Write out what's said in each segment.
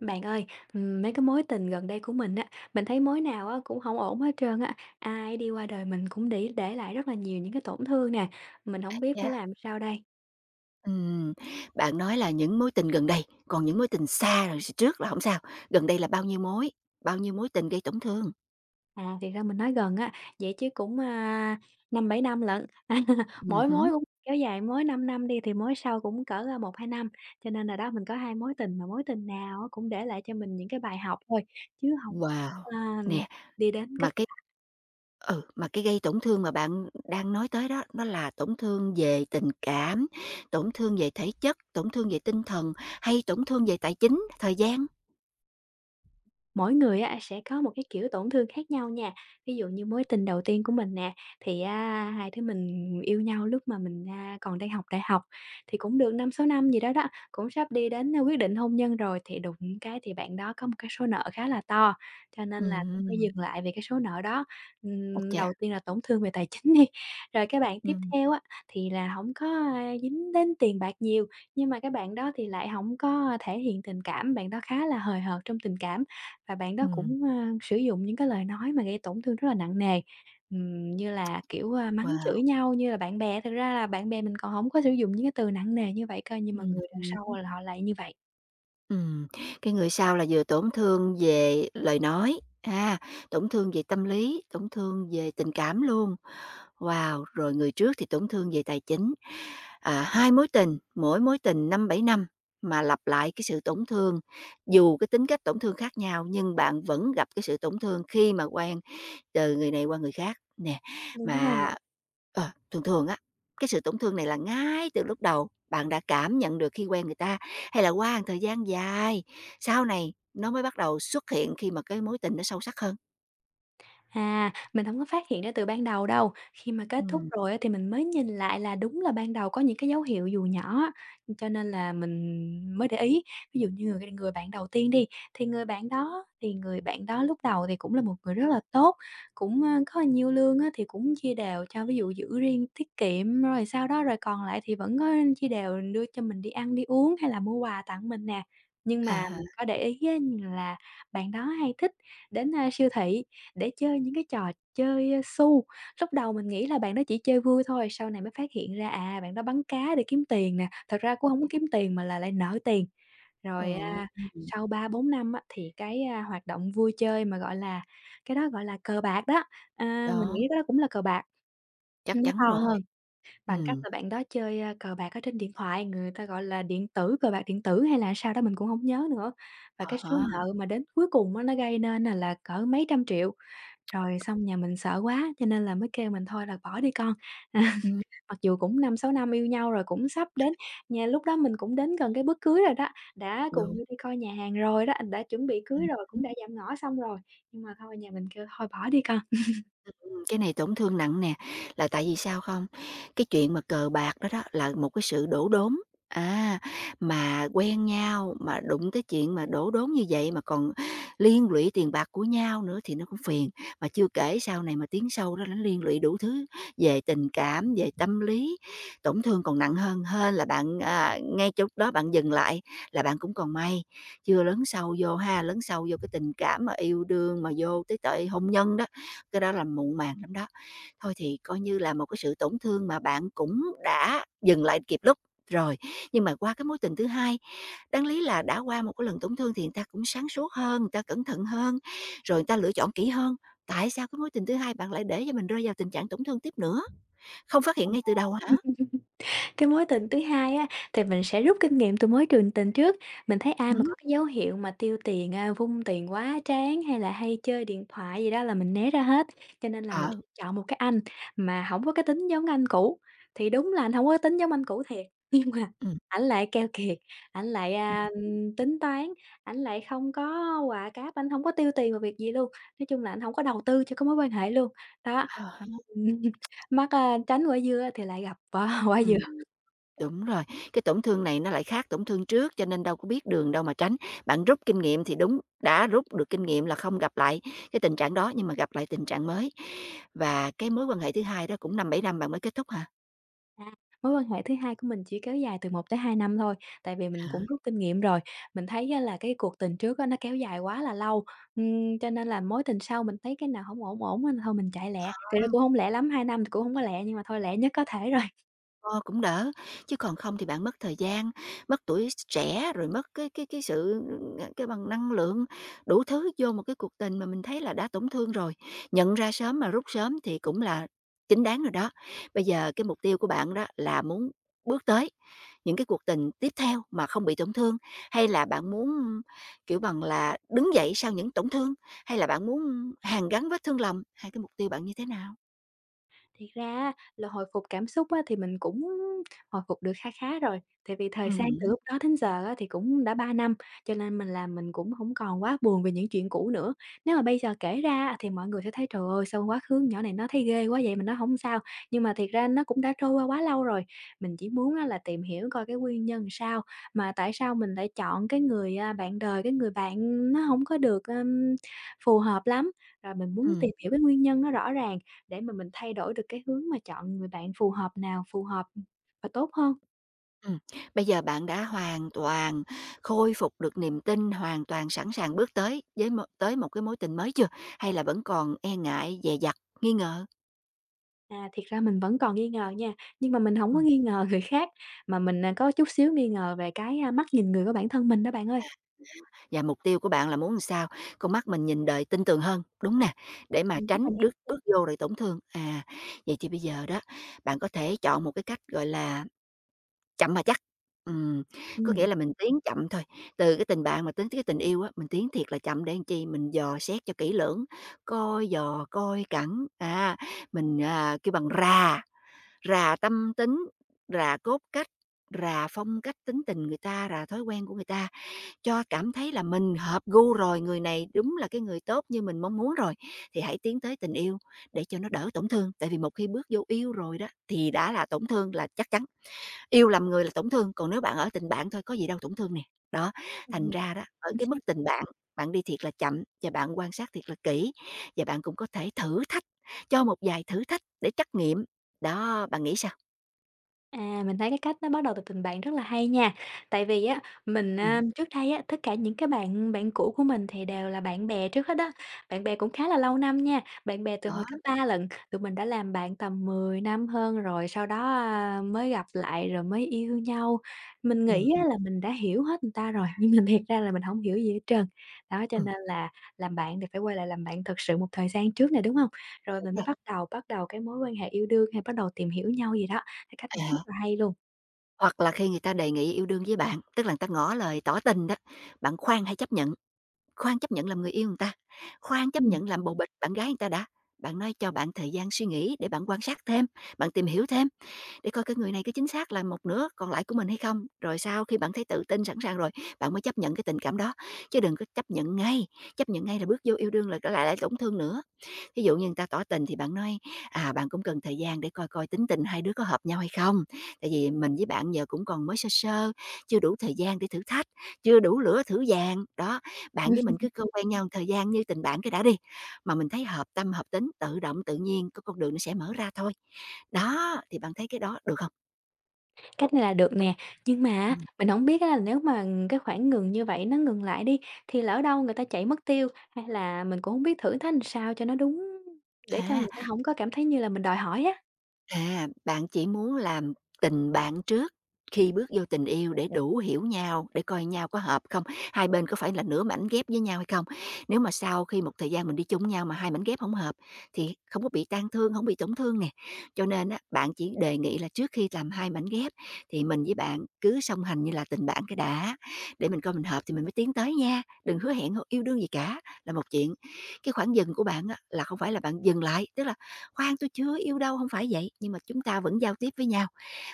Bạn ơi, mấy cái mối tình gần đây của mình á, mình thấy mối nào á cũng không ổn hết trơn á. Ai đi qua đời mình cũng để lại rất là nhiều những cái tổn thương nè, mình không biết phải Yeah. làm sao đây. Ừm, bạn nói là những mối tình gần đây, còn những mối tình xa rồi trước là không sao, gần đây là bao nhiêu mối? Bao nhiêu mối tình gây tổn thương? À, thiệt ra mình nói gần á, vậy chứ cũng, 5-7 năm lận, mỗi mối Hứm. cũng kéo dài mới 5 năm đi thì mối sau cũng cỡ, 1-2 năm. Cho nên là đó, mình có 2 mối tình mà mối tình nào á cũng để lại cho mình những cái bài học thôi, chứ không Wow! a, Nè, đi đến kết. mà cái mà cái gây tổn thương mà bạn đang nói tới đó, nó là tổn thương về tình cảm, tổn thương về thể chất, tổn thương về tinh thần hay tổn thương về tài chính, thời gian? Mỗi người á sẽ có một cái kiểu tổn thương khác nhau nha. Ví dụ như mối tình đầu tiên của mình nè, thì á hai đứa mình yêu nhau lúc mà mình, còn đang học đại học, thì cũng được năm sáu năm gì đó đó, cũng sắp đi đến, quyết định hôn nhân rồi, thì đụng cái thì bạn đó có một cái số nợ khá là to, cho nên là cũng phải Ừm, dừng lại về cái số nợ đó. ái chà, Đầu tiên là tổn thương về tài chính đi, rồi các bạn tiếp ừm, theo á, thì là không có, dính đến tiền bạc nhiều, nhưng mà các bạn đó thì lại không có thể hiện tình cảm, bạn đó khá là hời hợt trong tình cảm. Và bạn đó ừm, cũng, sử dụng những cái lời nói mà gây tổn thương rất là nặng nề, như là, kiểu, mắng chửi wow, nhau như là bạn bè. Thực ra là bạn bè mình còn không có sử dụng những cái từ nặng nề như vậy cơ, nhưng mà người đằng sau ừm. là họ lại như vậy. Ừm, cái người sau là vừa tổn thương về lời nói, ha, tổn thương về tâm lý, tổn thương về tình cảm luôn. Wow! Rồi người trước thì tổn thương về tài chính. À, 2 mối tình, mỗi mối tình năm bảy năm mà lặp lại cái sự tổn thương, dù cái tính cách tổn thương khác nhau nhưng bạn vẫn gặp cái sự tổn thương khi mà quen từ người này qua người khác nè. Đúng rồi. Mà, ờ, thường thường á, cái sự tổn thương này là ngay từ lúc đầu bạn đã cảm nhận được khi quen người ta, hay là qua một thời gian dài, sau này nó mới bắt đầu xuất hiện khi mà cái mối tình nó sâu sắc hơn? À, mình không có phát hiện ra từ ban đầu đâu, khi mà kết thúc Ừm, rồi á thì mình mới nhìn lại là đúng là ban đầu có những cái dấu hiệu dù nhỏ á, cho nên là mình mới để ý. Ví dụ như người người bạn đầu tiên đi, thì người bạn đó thì người bạn đó lúc đầu thì cũng là một người rất là tốt, cũng, ơ, có nhiều lương á thì cũng chia đều cho, ví dụ giữ riêng tiết kiệm, rồi sau đó rồi còn lại thì vẫn có chia đều đưa cho mình đi ăn, đi uống hay là mua quà tặng mình nè. Nhưng à mà mình ha, có để ý á là bạn đó hay thích đến, siêu thị, để chơi những cái trò chơi, ơ, xu. Lúc đầu mình nghĩ là bạn đó chỉ chơi vui thôi, sau này mới phát hiện ra, à, bạn đó bắn cá để kiếm tiền nè, thật ra cũng không có kiếm tiền mà là lại nợ tiền. ồ, Rồi, ừm, sau 3 4 năm á, thì cái, hoạt động vui chơi mà, gọi là, cái đó gọi là cờ bạc đó, mình đó, nghĩ cái đó cũng là cờ bạc, chắc nhưng nó chắn to rồi, hơn, bằng cách ừm, là bạn đó chơi, cờ bạc ở trên điện thoại, người ta gọi là điện tử, cờ bạc điện tử hay là sao đó mình cũng không nhớ nữa. Và à cái số há, nợ mà đến cuối cùng á, nó gây nên là cỡ mấy trăm triệu. Rồi xong nhà mình sợ quá cho nên là mới kêu mình "Thôi là bỏ đi con." ừm, Mặc dù cũng năm sáu năm yêu nhau rồi, cũng sắp đến nhà lúc đó mình cũng đến gần cái bước cưới rồi đó, đã cùng đúng, nhau đi coi nhà hàng rồi đó, đã chuẩn bị cưới ừm. rồi, cũng đã dạm ngõ xong rồi, nhưng mà thôi nhà mình kêu "Thôi bỏ đi con." Cái này tổn thương nặng nè, là tại vì sao không? Cái chuyện mà cờ bạc đó đó là một cái sự đổ đốn, à, mà quen nhau, mà đụng tới chuyện mà đổ đốn như vậy mà còn liên lụy tiền bạc của nhau nữa thì nó cũng phiền. Mà chưa kể sau này mà tiến sâu đó nó liên lụy đủ thứ về tình cảm, về tâm lý, tổn thương còn nặng hơn hơn là bạn, à, ngay chỗ đó bạn dừng lại là bạn cũng còn may, chưa lớn sâu vô ha, lớn sâu vô cái tình cảm mà yêu đương mà vô tới tệ hôn nhân đó cái đó là muộn màng lắm đó. Thôi thì coi như là một cái sự tổn thương mà bạn cũng đã dừng lại kịp lúc rồi, nhưng mà qua cái mối tình thứ hai, đáng lý là đã qua một cái lần tổn thương thì người ta cũng sáng suốt hơn, người ta cẩn thận hơn, rồi người ta lựa chọn kỹ hơn. Tại sao cái mối tình thứ hai bạn lại để cho mình rơi vào tình trạng tổn thương tiếp nữa? Không phát hiện ngay từ đầu hả? Cái mối tình thứ hai á, thì mình sẽ rút kinh nghiệm từ mối trường tình trước. Mình thấy ai mà Ừm, có cái dấu hiệu mà tiêu tiền, vung tiền quá trán hay là hay chơi điện thoại gì đó là mình né ra hết, cho nên là mình ờ, sẽ chọn một cái anh mà hổng có cái tính giống anh cũ. Thì đúng là anh hổng có tính giống anh cũ thiệt, nhưng mà ừm, ảnh lại keo kiệt, ảnh lại, ừm, tính toán, ảnh lại không có quà cáp, ảnh hổng có tiêu tiền vào việc gì luôn. Nói chung là ảnh hổng có đầu tư cho cái mối quan hệ luôn. Đó, ờ ha, ừm, mắc, tránh quả dưa thì lại gặp quả quả dừa. ừm. Đúng rồi, cái tổn thương này nó lại khác tổn thương trước cho nên đâu có biết đường đâu mà tránh. Bạn rút kinh nghiệm thì đúng, đã rút được kinh nghiệm là không gặp lại cái tình trạng đó nhưng mà gặp lại tình trạng mới. Và cái mối quan hệ thứ hai đó cũng năm bảy năm bạn mới kết thúc hả? À, mối quan hệ thứ hai của mình chỉ kéo dài từ một tới 2 năm thôi, tại vì mình cũng rút kinh nghiệm rồi. Mình thấy á là cái cuộc tình trước á nó kéo dài quá là lâu, cho nên là mối tình sau mình thấy cái nào không ổn ổn á thôi mình chạy lẹ. Thực Hả? ra cũng không lẹ lắm, 2 năm thì cũng không có lẹ nhưng mà thôi lẹ nhất có thể rồi. Ờ, cũng đỡ, chứ còn không thì bạn mất thời gian, mất tuổi trẻ, rồi mất cái sự ừ, cái bằng năng lượng, đủ thứ vô một cái cuộc tình mà mình thấy là đã tổn thương rồi. Nhận ra sớm mà rút sớm thì cũng là chính đáng rồi đó. Bây giờ cái mục tiêu của bạn đó là muốn bước tới những cái cuộc tình tiếp theo mà không bị tổn thương, hay là bạn muốn, kiểu bằng là, đứng dậy sau những tổn thương, hay là bạn muốn hàn gắn vết thương lòng? Hai cái mục tiêu bạn như thế nào? Thiệt ra á là hồi phục cảm xúc á thì mình cũng hồi phục được kha khá rồi, tại vì thời gian từ hứm. lúc đó đến giờ á thì cũng đã 3 năm, cho nên mình làm mình cũng không còn quá buồn về những chuyện cũ nữa. Nếu mà bây giờ kể ra á thì mọi người sẽ thấy "Trời ơi, sao quá khứ nhỏ này nó thấy ghê quá vậy?" Mình nói không sao." Nhưng mà thiệt ra nó cũng đã trôi qua quá lâu rồi, mình chỉ muốn á là tìm hiểu coi cái nguyên nhân sao, mà tại sao mình lại chọn cái người, bạn đời, cái người bạn nó không có được, phù hợp lắm, rồi mình muốn tìm hiểu cái nguyên nhân nó rõ ràng. Để mà mình thay đổi được cái hướng mà chọn người bạn phù hợp nào phù hợp, và tốt hơn. Ừm, bây giờ bạn đã hoàn toàn khôi phục được niềm tin, hoàn toàn sẵn sàng bước tới với một cái mối tình mới chưa? Hay là vẫn còn e ngại, dè dặt, nghi ngờ? À, thiệt ra mình vẫn còn nghi ngờ nha, nhưng mà mình hổng có Ừm, nghi ngờ người khác, mà mình, à, có chút xíu nghi ngờ về cái, mắt nhìn người của bản thân mình đó bạn ơi. và mục tiêu của bạn là muốn làm sao? Con mắt mình nhìn đời tin tưởng hơn, đúng nè, để mà Đúng rồi tránh bước nè, bước vô rồi tổn thương. À, vậy thì bây giờ đó, bạn có thể chọn một cái cách, gọi là chậm mà chắc. Ừm, có ừm, nghĩa là mình tiến chậm thôi, từ cái tình bạn mà tới cái tình yêu á, mình tiến thiệt là chậm để làm chi, mình dò xét cho kỹ lưỡng, coi dò, coi cẩn, à, mình, à, kêu bằng rà, rà tâm tính, rà cốt cách, rà phong cách tính tình người ta, rà thói quen của người ta, cho cảm thấy là mình hợp gu rồi, người này đúng là cái người tốt như mình mong muốn rồi, thì hãy tiến tới tình yêu để cho nó đỡ tổn thương. Tại vì một khi bước vô yêu rồi đó, thì đã là tổn thương là chắc chắn. Yêu lầm người là tổn thương, còn nếu bạn ở tình bạn thôi có gì đâu tổn thương nè. Đó, thành Ừm ra đó, ở cái mức chính xác. tình bạn, bạn đi thiệt là chậm và bạn quan sát thiệt là kỹ, và bạn cũng có thể thử thách, cho một vài thử thách để trắc nghiệm. Đó, bạn nghĩ sao? À, mình thấy cái cách nó bắt đầu từ tình bạn rất là hay nha. Tại vì á, mình, Ừm, trước đây á, tất cả những cái bạn bạn cũ của mình thì đều là bạn bè trước hết đó. Bạn bè cũng khá là lâu năm nha, bạn bè từ hồi đó, cấp 3 lận, tụi mình đã làm bạn tầm 10 năm hơn rồi, sau đó, mới gặp lại rồi mới yêu nhau. Mình nghĩ á, hứm, là mình đã hiểu hết người ta rồi, nhưng mà thiệt ra là mình không hiểu gì hết trơn. Đó, cho ừm, nên là làm bạn thì phải quay lại làm bạn thật sự một thời gian trước này đúng không? Rồi đúng mình mới rồi, bắt đầu cái mối quan hệ yêu đương hay bắt đầu tìm hiểu nhau gì đó. Cái cách à này rất há. là hay luôn. Hoặc là khi người ta đề nghị yêu đương với bạn, tức là người ta ngỏ lời tỏ tình đó, bạn khoan hãy chấp nhận, khoan chấp nhận làm người yêu người ta, khoan chấp Ừm. nhận làm bồ bịch bạn gái người ta đã, bạn nói cho bạn thời gian suy nghĩ để bạn quan sát thêm, bạn tìm hiểu thêm, để coi cái người này có chính xác là một nửa còn lại của mình hay không. Rồi sau khi bạn thấy tự tin sẵn sàng rồi, bạn mới chấp nhận cái tình cảm đó, chứ đừng có chấp nhận ngay là bước vô yêu đương là lại lại tổn thương nữa. Thí dụ như người ta tỏ tình thì bạn nói, à, bạn cũng cần thời gian để coi coi tính tình hai đứa có hợp nhau hay không. Tại vì mình với bạn giờ cũng còn mới sơ sơ, chưa đủ thời gian để thử thách, chưa đủ lửa thử vàng. Đó, bạn với mình cứ cơ quen nhau thời gian như tình bạn cái đã đi. Mà mình thấy hợp tâm, hợp tính, tự động, tự nhiên, có con đường nó sẽ mở ra thôi. Đó, thì bạn thấy cái đó được không? Cách này là được nè, nhưng mà á, Ừm, mình không biết á là nếu mà cái khoảng ngừng như vậy nó ngừng lại đi, thì lỡ đâu người ta chạy mất tiêu, hay là mình cũng không biết thử thách làm sao cho nó đúng để cho người à. ta không có cảm thấy như là mình đòi hỏi á. À, bạn chỉ muốn làm tình bạn trước khi bước vô tình yêu để đủ hiểu nhau, để coi nhau có hợp không? Hai bên có phải là nửa mảnh ghép với nhau hay không? Nếu mà sau khi một thời gian mình đi chung nhau mà hai mảnh ghép không hợp thì không có bị tan thương, không bị tổn thương nè. Cho nên á, bạn chỉ đề nghị là trước khi làm hai mảnh ghép thì mình với bạn cứ song hành như là tình bạn cái đã, để mình coi mình hợp thì mình mới tiến tới nha, đừng hứa hẹn yêu đương gì cả, là một chuyện. Cái khoảng dừng của bạn á, là không phải là bạn dừng lại, tức là "Khoan, tôi chưa yêu đâu", không phải vậy, nhưng mà chúng ta vẫn giao tiếp với nhau,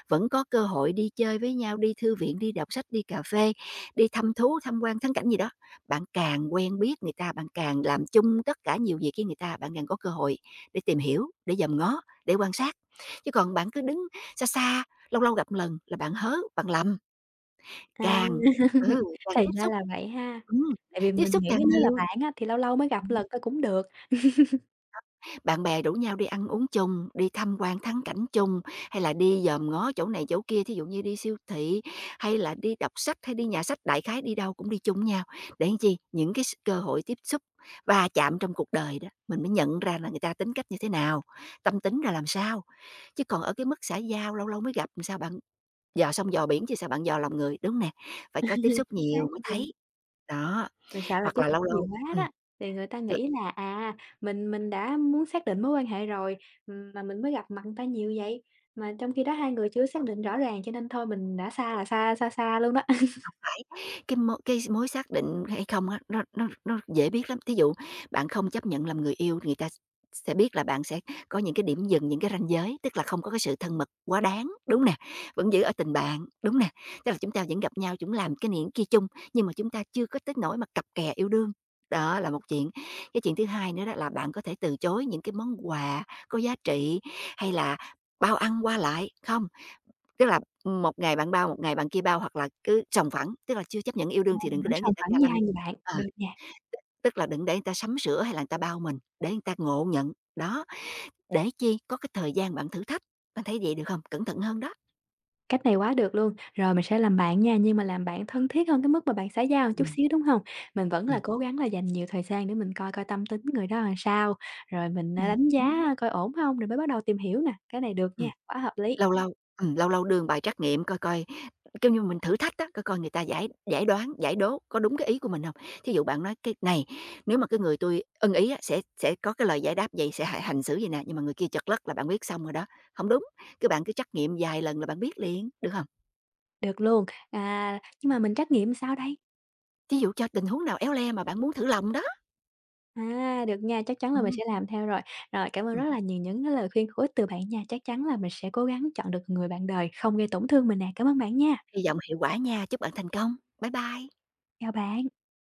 vẫn có cơ hội đi chơi với nhau, đi thư viện, đi đọc sách, đi cà phê, đi thăm thú, tham quan thắng cảnh gì đó. Bạn càng quen biết người ta, bạn càng làm chung tất cả nhiều việc với người ta, bạn càng có cơ hội để tìm hiểu, để dòm ngó, để quan sát. Chứ còn bạn cứ đứng xa xa, lâu lâu gặp một lần là bạn hớ, bạn lầm, À, càng ừ, càng thì ra là vậy ha, ừm, tại vì tiếp mình xúc nghĩ càng nó là nhiều. bạn á, thì lâu lâu mới gặp Ừm. lần thôi cũng được. Bạn bè rủ nhau đi ăn uống chung, đi tham quan thắng cảnh chung, hay là đi dòm ngó chỗ này chỗ kia, thí dụ như đi siêu thị, hay là đi đọc sách, hay đi nhà sách, đại khái đi đâu cũng đi chung với nhau. Để làm chi? Những cái cơ hội tiếp xúc, va chạm trong cuộc đời đó, mình mới nhận ra là người ta tính cách như thế nào, tâm tính ra làm sao. Chứ còn ở cái mức xã giao lâu lâu mới gặp làm sao bạn dò sông dò biển chứ sao bạn dò lòng người, đúng nè, phải có tiếp xúc Chính xác nhiều mới luôn. thấy. Đó, Mình sợ là hoặc tiếp là xúc lâu nhiều lâu quá ừm. đó, thì người ta nghĩ là, à, mình đã muốn xác định mối quan hệ rồi, mà mình mới gặp mặt người ta nhiều vậy, mà trong khi đó hai người chưa xác định rõ ràng cho nên thôi mình đã xa là xa xa xa luôn đó. Cái mối xác định hay không á, nó dễ biết lắm. Thí dụ bạn không chấp nhận làm người yêu, người ta sẽ biết là bạn sẽ có những cái điểm dừng, những cái ranh giới, tức là không có cái sự thân mật quá đáng, đúng nè, vẫn giữ ở tình bạn, đúng nè. Tức là chúng ta vẫn gặp nhau, chúng làm cái này kia chung, nhưng mà chúng ta chưa có tới nỗi mà cặp kè yêu đương. Đó là một chuyện. Cái chuyện thứ hai nữa đó là bạn có thể từ chối những cái món quà có giá trị hay là bao ăn qua lại, không? Tức là, một ngày bạn bao, một ngày bạn kia bao hoặc là cứ sòng phẳng, tức là chưa chấp nhận yêu đương thì Mình đừng có vẫn để người sòng ta phẳng ga như lăng. hai người bạn, À, được nha. tức tức là đừng để người ta sắm sửa hay là người ta bao mình, để người ta ngộ nhận. Đó, để chi có cái thời gian bạn thử thách, bạn thấy vậy được không? Cẩn thận hơn đó. Cách này quá được luôn. Rồi mình sẽ làm bạn nha, nhưng mà làm bạn thân thiết hơn cái mức mà bạn xã giao một chút Ừm. xíu, đúng không? Mình vẫn là Ừm. cố gắng là dành nhiều thời gian để mình coi coi tâm tính người đó làm sao, rồi mình, đánh Hứm. giá coi ổn không rồi mới bắt đầu tìm hiểu nè, cái này được nha, quá hợp lý. Lâu lâu lâu lâu đưa bài trắc nghiệm coi coi, kêu như, mình thử thách á, coi coi người ta giải giải đoán, giải đố có đúng cái ý của mình không? Thí dụ bạn nói cái này, nếu mà cái người tôi ưng ý á, sẽ có cái lời giải đáp vậy, sẽ hành xử vậy nè, nhưng mà người kia chật lất là bạn biết xong rồi đó, không đúng, cái bạn cứ trắc nghiệm vài lần là bạn biết liền, được không? Được luôn. À, nhưng mà mình trắc nghiệm sao đây? Thí dụ cho tình huống nào éo le mà bạn muốn thử lòng đó. À, được nha, chắc chắn là mình Ừm, sẽ làm theo rồi. Rồi, cảm ơn rất ừm, là nhiều những cái lời khuyên hữu ích từ bạn nha. Chắc chắn là mình sẽ cố gắng chọn được người bạn đời không gây tổn thương mình nè. Cảm ơn bạn nha. hy vọng hiệu quả nha, chúc bạn thành công. Bye bye. Chào bạn.